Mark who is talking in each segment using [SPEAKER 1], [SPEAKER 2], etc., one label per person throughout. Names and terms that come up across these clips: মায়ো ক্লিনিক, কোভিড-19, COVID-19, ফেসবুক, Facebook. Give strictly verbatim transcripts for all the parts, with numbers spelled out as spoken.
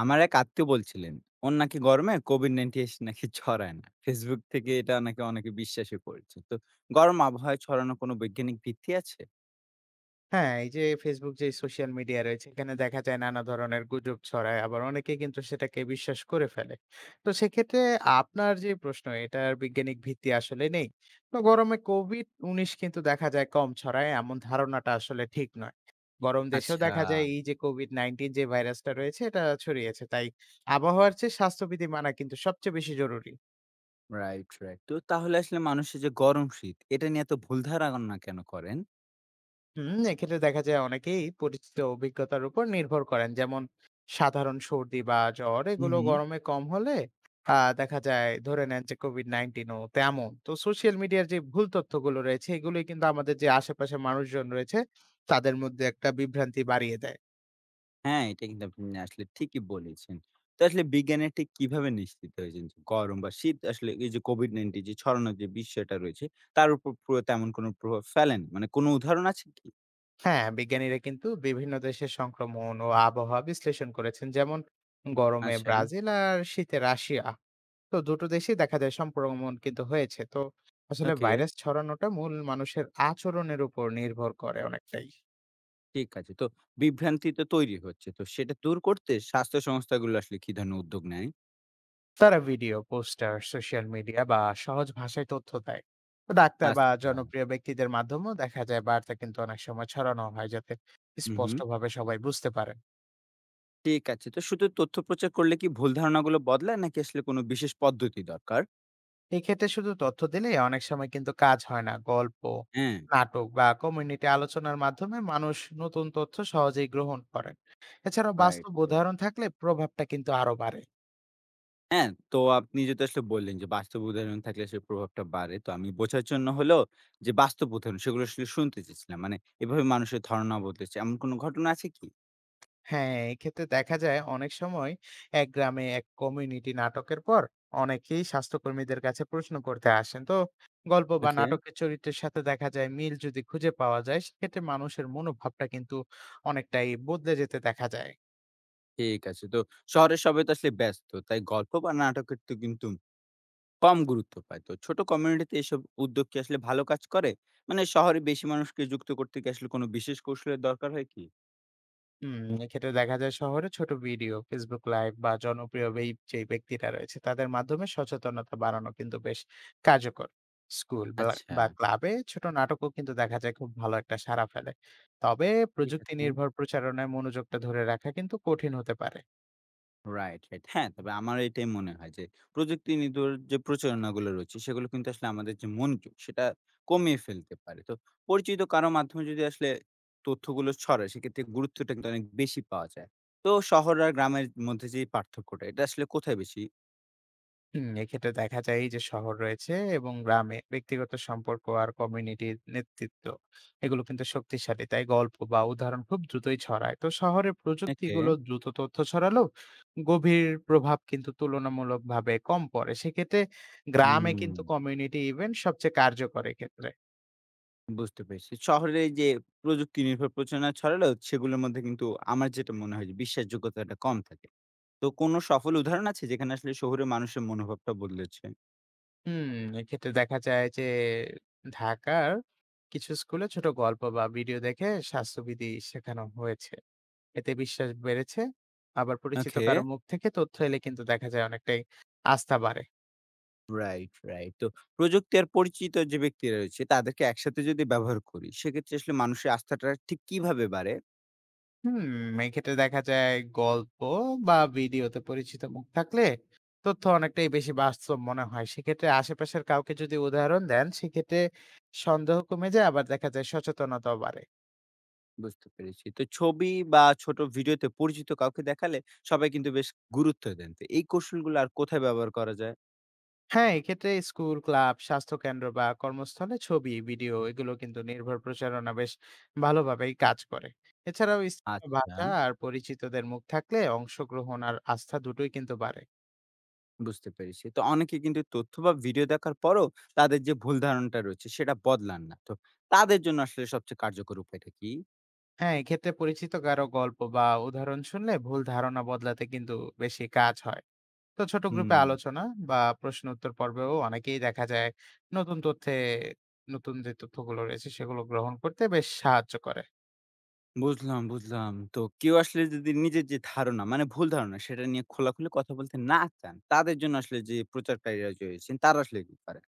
[SPEAKER 1] আমার এক আত্মীয় বলছিলেন ওর নাকি গরমে Covid-nineteen নাকি ছড়ায় না। ফেসবুক থেকে এটা নাকি অনেকে বিশ্বাসই করছে। তো গরম আবহাওয়ায় ছড়ানোর কোনো বৈজ্ঞানিক ভিত্তি আছে?
[SPEAKER 2] হ্যাঁ, এই যে Facebook যে সোশ্যাল মিডিয়া রয়েছে এখানে দেখা যায় নানা ধরনের গুজব ছড়ায়। আবার অনেকে কিন্তু সেটাকে বিশ্বাস করে ফেলে। তো সেক্ষেত্রে আপনার যে প্রশ্ন এটার বৈজ্ঞানিক ভিত্তি আসলে নেই। তো গরমে কোভিড নাইন্টিন কিন্তু দেখা যায় কম ছড়ায় এমন ধারণাটা আসলে ঠিক নয়। গরম দেশেও
[SPEAKER 1] আচ্ছা,
[SPEAKER 2] দেখা যায় এই যে কোভিড নাইন্টিন যে ভাইরাসটা রয়েছে এটা ছড়িয়েছে। তাই আবহাওয়ার চেয়ে স্বাস্থ্যবিধি মানা কিন্তু সবচেয়ে বেশি জরুরি।
[SPEAKER 1] Right, right. তো তাহলে আসলে মানুষের যে গরম শীত এটা নিয়ে এত ভুল ধারণা কেন করেন?
[SPEAKER 2] হুম, এক্ষেত্রে দেখা যায় অনেকেই পরিচিত অভিজ্ঞতার উপর নির্ভর করেন, যেমন সাধারণ সর্দি বা জ্বর
[SPEAKER 1] হু,
[SPEAKER 2] এগুলো
[SPEAKER 1] হু।
[SPEAKER 2] গরমে কম হলে আহ, দেখা যায় ধরে নেন যে কোভিড নাইন্টিনও তেমন। তো সোশ্যাল মিডিয়ার যে ভুল তথ্যগুলো রয়েছে এগুলোই কিন্তু আমাদের যে আশেপাশে মানুষজন রয়েছে তাদের মধ্যে একটা বিভ্রান্তি বাড়িয়ে দেয়।
[SPEAKER 1] হ্যাঁ, এটা কিন্তু আপনি আসলে ঠিকই বলেছেন। তো আসলে বিজ্ঞানীরা ঠিক কিভাবে নিশ্চিত হয়েছেন যে গরম বা শীত আসলে এই যে কোভিড-নাইন্টিন যে ছড়ানোর যে বিষয়টা রয়েছে তার উপর পুরো তেমন কোনো প্রভাব ফেলেনি? মানে কোনো উদাহরণ আছে কি?
[SPEAKER 2] হ্যাঁ, বিজ্ঞানীরা কিন্তু বিভিন্ন দেশের সংক্রমণ ও আবহাওয়া বিশ্লেষণ করেছেন। যেমন গরমে
[SPEAKER 1] আচ্ছা,
[SPEAKER 2] ব্রাজিল আর শীতে রাশিয়া। তো দুটো দেশেই দেখা যায় সংক্রমণ কিন্তু হয়েছে। তো আসলে
[SPEAKER 1] ওকে।
[SPEAKER 2] ভাইরাস ছড়ানোটা মূল মানুষের আচরণের উপর নির্ভর করে অনেকটাই।
[SPEAKER 1] ঠিক আছে। তো বিভ্রান্তি তো তৈরি হচ্ছে। তো সেটা দূর করতে স্বাস্থ্য সংস্থাগুলো আসলে কি ধরনের উদ্যোগ নেয়?
[SPEAKER 2] তারা ভিডিও, পোস্টার, সোশ্যাল মিডিয়া বা সহজ ভাষায় তথ্য দেয়। তো ডাক্তার বা
[SPEAKER 1] আচ্ছা।
[SPEAKER 2] জনপ্রিয় ব্যক্তিদের মাধ্যমেও দেখা যায় বার্তা কিন্তু অনেক সময় ছড়ানো হয়, যাতে
[SPEAKER 1] হুম, হুম।
[SPEAKER 2] স্পষ্টভাবে সবাই বুঝতে পারে।
[SPEAKER 1] ঠিক আছে। তো শুধু তথ্য প্রচার করলে কি ভুল ধারণাগুলো বদলায় নাকি আসলে কোনো বিশেষ পদ্ধতি দরকার?
[SPEAKER 2] এক্ষেত্রে শুধু তথ্য দিলে অনেক সময় কিন্তু কাজ হয় না। গল্প,
[SPEAKER 1] হ্যাঁ,
[SPEAKER 2] নাটক বা কমিউনিটি আলোচনার মাধ্যমে মানুষ নতুন তথ্য সহজেই গ্রহণ করেন। এছাড়াও
[SPEAKER 1] রাইট,
[SPEAKER 2] বাস্তব
[SPEAKER 1] রাইট।
[SPEAKER 2] উদাহরণ থাকলে প্রভাবটা কিন্তু আরো বাড়ে।
[SPEAKER 1] হ্যাঁ, তো আপনি যেটা আসলে বললেন যে বাস্তব উদাহরণ থাকলে আসলে প্রভাবটা বাড়ে। তো আমি বোঝার জন্য হলেও যে বাস্তব উদাহরণ সেগুলো আসলে শুনতে চেয়েছিলাম। মানে এভাবে মানুষের ধারণা বদলেছে। এমন কোনো ঘটনা আছে কি?
[SPEAKER 2] হ্যাঁ, এক্ষেত্রে দেখা যায় অনেক সময় এক গ্রামে এক কমিউনিটি নাটকের পর অনেকেই স্বাস্থ্যকর্মীদের কাছে প্রশ্ন করতে আসেন। তো গল্প বা
[SPEAKER 1] ওকে,
[SPEAKER 2] নাটকের চরিত্রের সাথে দেখা যায় মিল যদি খুঁজে পাওয়া যায় সেক্ষেত্রে মানুষের মনোভাবটা কিন্তু অনেকটাই বদলে যেতে দেখা যায়।
[SPEAKER 1] ঠিক আছে। তো শহরের সবাই তো আসলে ব্যস্ত। তাই গল্প বা নাটকের তো কিন্তু কম গুরুত্ব পায়। তো ছোট কমিউনিটিতে এসব উদ্যোগ কি আসলে ভালো কাজ করে? মানে শহরে বেশি মানুষকে যুক্ত করতে কি আসলে কোনো বিশেষ কৌশলের দরকার হয় কি?
[SPEAKER 2] হুম, এক্ষেত্রে দেখা যায় শহরে ছোট ভিডিও, Facebook লাইভ বা জনপ্রিয় এই যে ব্যক্তিরা রয়েছে তাদের মাধ্যমে সচেতনতা বাড়ানো কিন্তু বেশ কার্যকর। স্কুল বা
[SPEAKER 1] আচ্ছা,
[SPEAKER 2] বা ক্লাবে ছোট নাটকও কিন্তু দেখা যায় খুব ভালো একটা সাড়া ফেলে। তবে
[SPEAKER 1] ঠিক
[SPEAKER 2] প্রযুক্তি
[SPEAKER 1] আছে।
[SPEAKER 2] নির্ভর প্রচারণায় মনোযোগটা ধরে রাখা কিন্তু কঠিন হতে পারে।
[SPEAKER 1] Right, right. হ্যাঁ, তবে আমার এটাই মনে হয় যে প্রযুক্তি নির্ভর যে প্রচারণাগুলো রয়েছে সেগুলো কিন্তু আসলে আমাদের যে মনোযোগ সেটা কমিয়ে ফেলতে পারে। তো পরিচিত কারো মাধ্যমে যদি আসলে তথ্যগুলো ছড়ায় সেক্ষেত্রে গুরুত্বটা কিন্তু অনেক বেশি পাওয়া যায়। তো শহর আর গ্রামের মধ্যে যে পার্থক্যটা এটা আসলে কোথায় বেশি?
[SPEAKER 2] হুম, এক্ষেত্রে দেখা যায় এই যে শহর রয়েছে এবং গ্রামে ব্যক্তিগত সম্পর্ক আর কমিউনিটির নেতৃত্ব এগুলো কিন্তু শক্তিশালী, তাই গল্প বা উদাহরণ খুব দ্রুতই ছড়ায়। তো শহরে
[SPEAKER 1] ওকে,
[SPEAKER 2] প্রযুক্তিগুলো দ্রুত তথ্য ছড়ালো, গভীর প্রভাব কিন্তু তুলনামূলকভাবে কম পড়ে। সেক্ষেত্রে গ্রামে
[SPEAKER 1] হুম।
[SPEAKER 2] কিন্তু কমিউনিটি ইভেন্ট সবচেয়ে কার্যকর ক্ষেত্রে।
[SPEAKER 1] বুঝতে পেরেছি। শহরে এই যে প্রযুক্তি নির্ভর প্রচারণা ছড়ালেও সেগুলোর মধ্যে কিন্তু আমার যেটা মনে হয় যে বিশ্বাসযোগ্যতাটা কম থাকে। তো কোনো সফল উদাহরণ আছে যেখানে আসলে শহুরে মানুষের মনোভাবটা বদলেছে?
[SPEAKER 2] হুম, এক্ষেত্রে দেখা যায় যে ঢাকার কিছু স্কুলে ছোট গল্প বা ভিডিও দেখে স্বাস্থ্যবিধি শেখানো হয়েছে, এতে বিশ্বাস বেড়েছে। আবার পরিচিত
[SPEAKER 1] ওকে।
[SPEAKER 2] কারো মুখ থেকে তথ্য এলে কিন্তু দেখা যায় অনেকটাই আস্থা বাড়ে।
[SPEAKER 1] Right, right. তো প্রযুক্তি আর পরিচিত যে ব্যক্তিরা রয়েছে তাদেরকে একসাথে যদি ব্যবহার করি সেক্ষেত্রে আসলে মানুষের আস্থাটা ঠিক কিভাবে বাড়ে?
[SPEAKER 2] হুম, এক্ষেত্রে দেখা যায় গল্প বা ভিডিওতে পরিচিত মুখ থাকলে তথ্য অনেকটাই বেশি বাস্তব মনে হয়। সেক্ষেত্রে আশেপাশের কাউকে যদি উদাহরণ দেন, সেক্ষেত্রে সন্দেহ কমে যায়, আবার দেখা যায় সচেতনতাও বাড়ে।
[SPEAKER 1] বুঝতে পেরেছি। তো ছবি বা ছোট ভিডিওতে পরিচিত কাউকে দেখালে সবাই কিন্তু বেশ গুরুত্ব দেন। তো এই কৌশলগুলো আর কোথায় ব্যবহার করা যায়?
[SPEAKER 2] হ্যাঁ, এক্ষেত্রে স্কুল, ক্লাব, স্বাস্থ্যকেন্দ্র বা কর্মস্থলে ছবি, ভিডিও এগুলো কিন্তু নির্ভর প্রচারণা বেশ ভালোভাবেই কাজ করে। এছাড়াও স্থানীয়
[SPEAKER 1] আচ্ছা।
[SPEAKER 2] ভাষা আর পরিচিতদের মুখ থাকলে অংশগ্রহণ আর আস্থা দুটোই কিন্তু বাড়ে।
[SPEAKER 1] বুঝতে পেরেছি। তো অনেকে কিন্তু তথ্য বা ভিডিও দেখার পরও তাদের যে ভুল ধারণাটা রয়েছে সেটা বদলান না। তো তাদের জন্য আসলে সবচেয়ে কার্যকর উপায়টা কি?
[SPEAKER 2] হ্যাঁ, এক্ষেত্রে পরিচিত কারো গল্প বা উদাহরণ শুনলে ভুল ধারণা বদলাতে কিন্তু বেশি কাজ হয়। তো ছোট গ্রুপে
[SPEAKER 1] হুম।
[SPEAKER 2] আলোচনা বা প্রশ্ন উত্তর পর্বেও অনেকেই দেখা যায় নতুন তথ্যে নতুন যে তথ্যগুলো রয়েছে সেগুলো গ্রহণ করতে বেশ সাহায্য করে।
[SPEAKER 1] বুঝলাম, বুঝলাম। তো কেউ আসলে যদি নিজের যে ধারণা মানে ভুল ধারণা সেটা নিয়ে খোলাখুলি কথা বলতে না চান, তাদের জন্য আসলে যে প্রচারকারীরা রয়েছেন তারা আসলে কি করেন?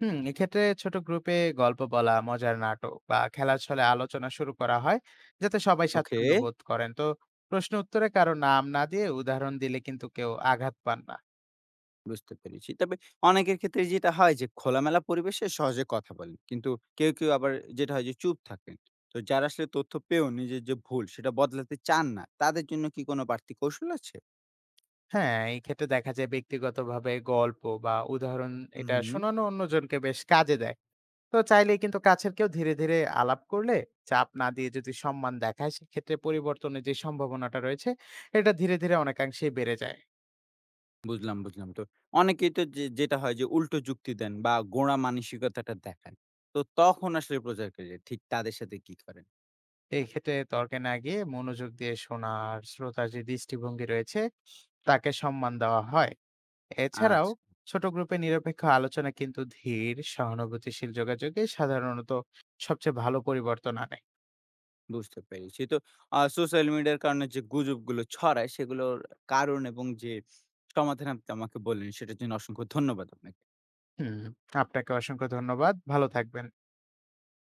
[SPEAKER 2] হুম, এক্ষেত্রে ছোট গ্রুপে গল্প বলা, মজার নাটক বা খেলার ছলে আলোচনা শুরু করা হয় যাতে সবাই
[SPEAKER 1] ওকে।
[SPEAKER 2] স্বাচ্ছন্দ্য বোধ করেন। তো প্রশ্ন উত্তরে কারো নাম না দিয়ে উদাহরণ দিলে কিন্তু কেউ আঘাত পান না।
[SPEAKER 1] বুঝতে পেরেছি। তবে অনেকের ক্ষেত্রে যেটা হয় যে খোলামেলা পরিবেশে সহজে কথা বলেন। কিন্তু কেউ, কেউ আবার যেটা হয় যে চুপ থাকেন। তো যারা আসলে তথ্য পেয়েও নিজের যে ভুল সেটা বদলাতে চান না, তাদের জন্য কি কোনো বাড়তি কৌশল আছে?
[SPEAKER 2] হ্যাঁ, এই ক্ষেত্রে দেখা যায় ব্যক্তিগতভাবে গল্প বা উদাহরণ
[SPEAKER 1] হুম,
[SPEAKER 2] এটা
[SPEAKER 1] হুম।
[SPEAKER 2] শোনানো অন্যজনকে বেশ কাজে দেয়। তো চাইলেই কিন্তু কাছের কেউ ধীরে ধীরে আলাপ করলে, চাপ না দিয়ে যদি সম্মান দেখায়, সেক্ষেত্রে পরিবর্তনের যে সম্ভাবনাটা রয়েছে এটা ধীরে ধীরে অনেকাংশেই বেড়ে যায়।
[SPEAKER 1] বুঝলাম, বুঝলাম। তো অনেকেই তো যে যেটা হয় যে উল্টো যুক্তি দেন বা গোঁড়া মানসিকতাটা দেখান। তো তখন আসলে প্রচারকারীরা ঠিক তাদের সাথে কি করেন?
[SPEAKER 2] এক্ষেত্রে তর্কে না গিয়ে মনোযোগ দিয়ে শোনার শ্রোতার যে দৃষ্টিভঙ্গি রয়েছে তাকে সম্মান দেওয়া হয়। এছাড়াও
[SPEAKER 1] আচ্ছা।
[SPEAKER 2] ছোট গ্রুপে নিরপেক্ষ আলোচনা কিন্তু ধীর সহানুভূতিশীল যোগাযোগে সাধারণত সবচেয়ে ভালো পরিবর্তন আনে।
[SPEAKER 1] বুঝতে পেরেছি। তো আ সোশ্যাল মিডিয়ার কারণে যে গুজবগুলো ছড়ায়, সেগুলোর কারণ এবং যে সমাধান আপনি আমাকে বললেন, সেটার জন্য অসংখ্য ধন্যবাদ আপনাকে।
[SPEAKER 2] হুম, আপনাকে অসংখ্য ধন্যবাদ, ভালো থাকবেন।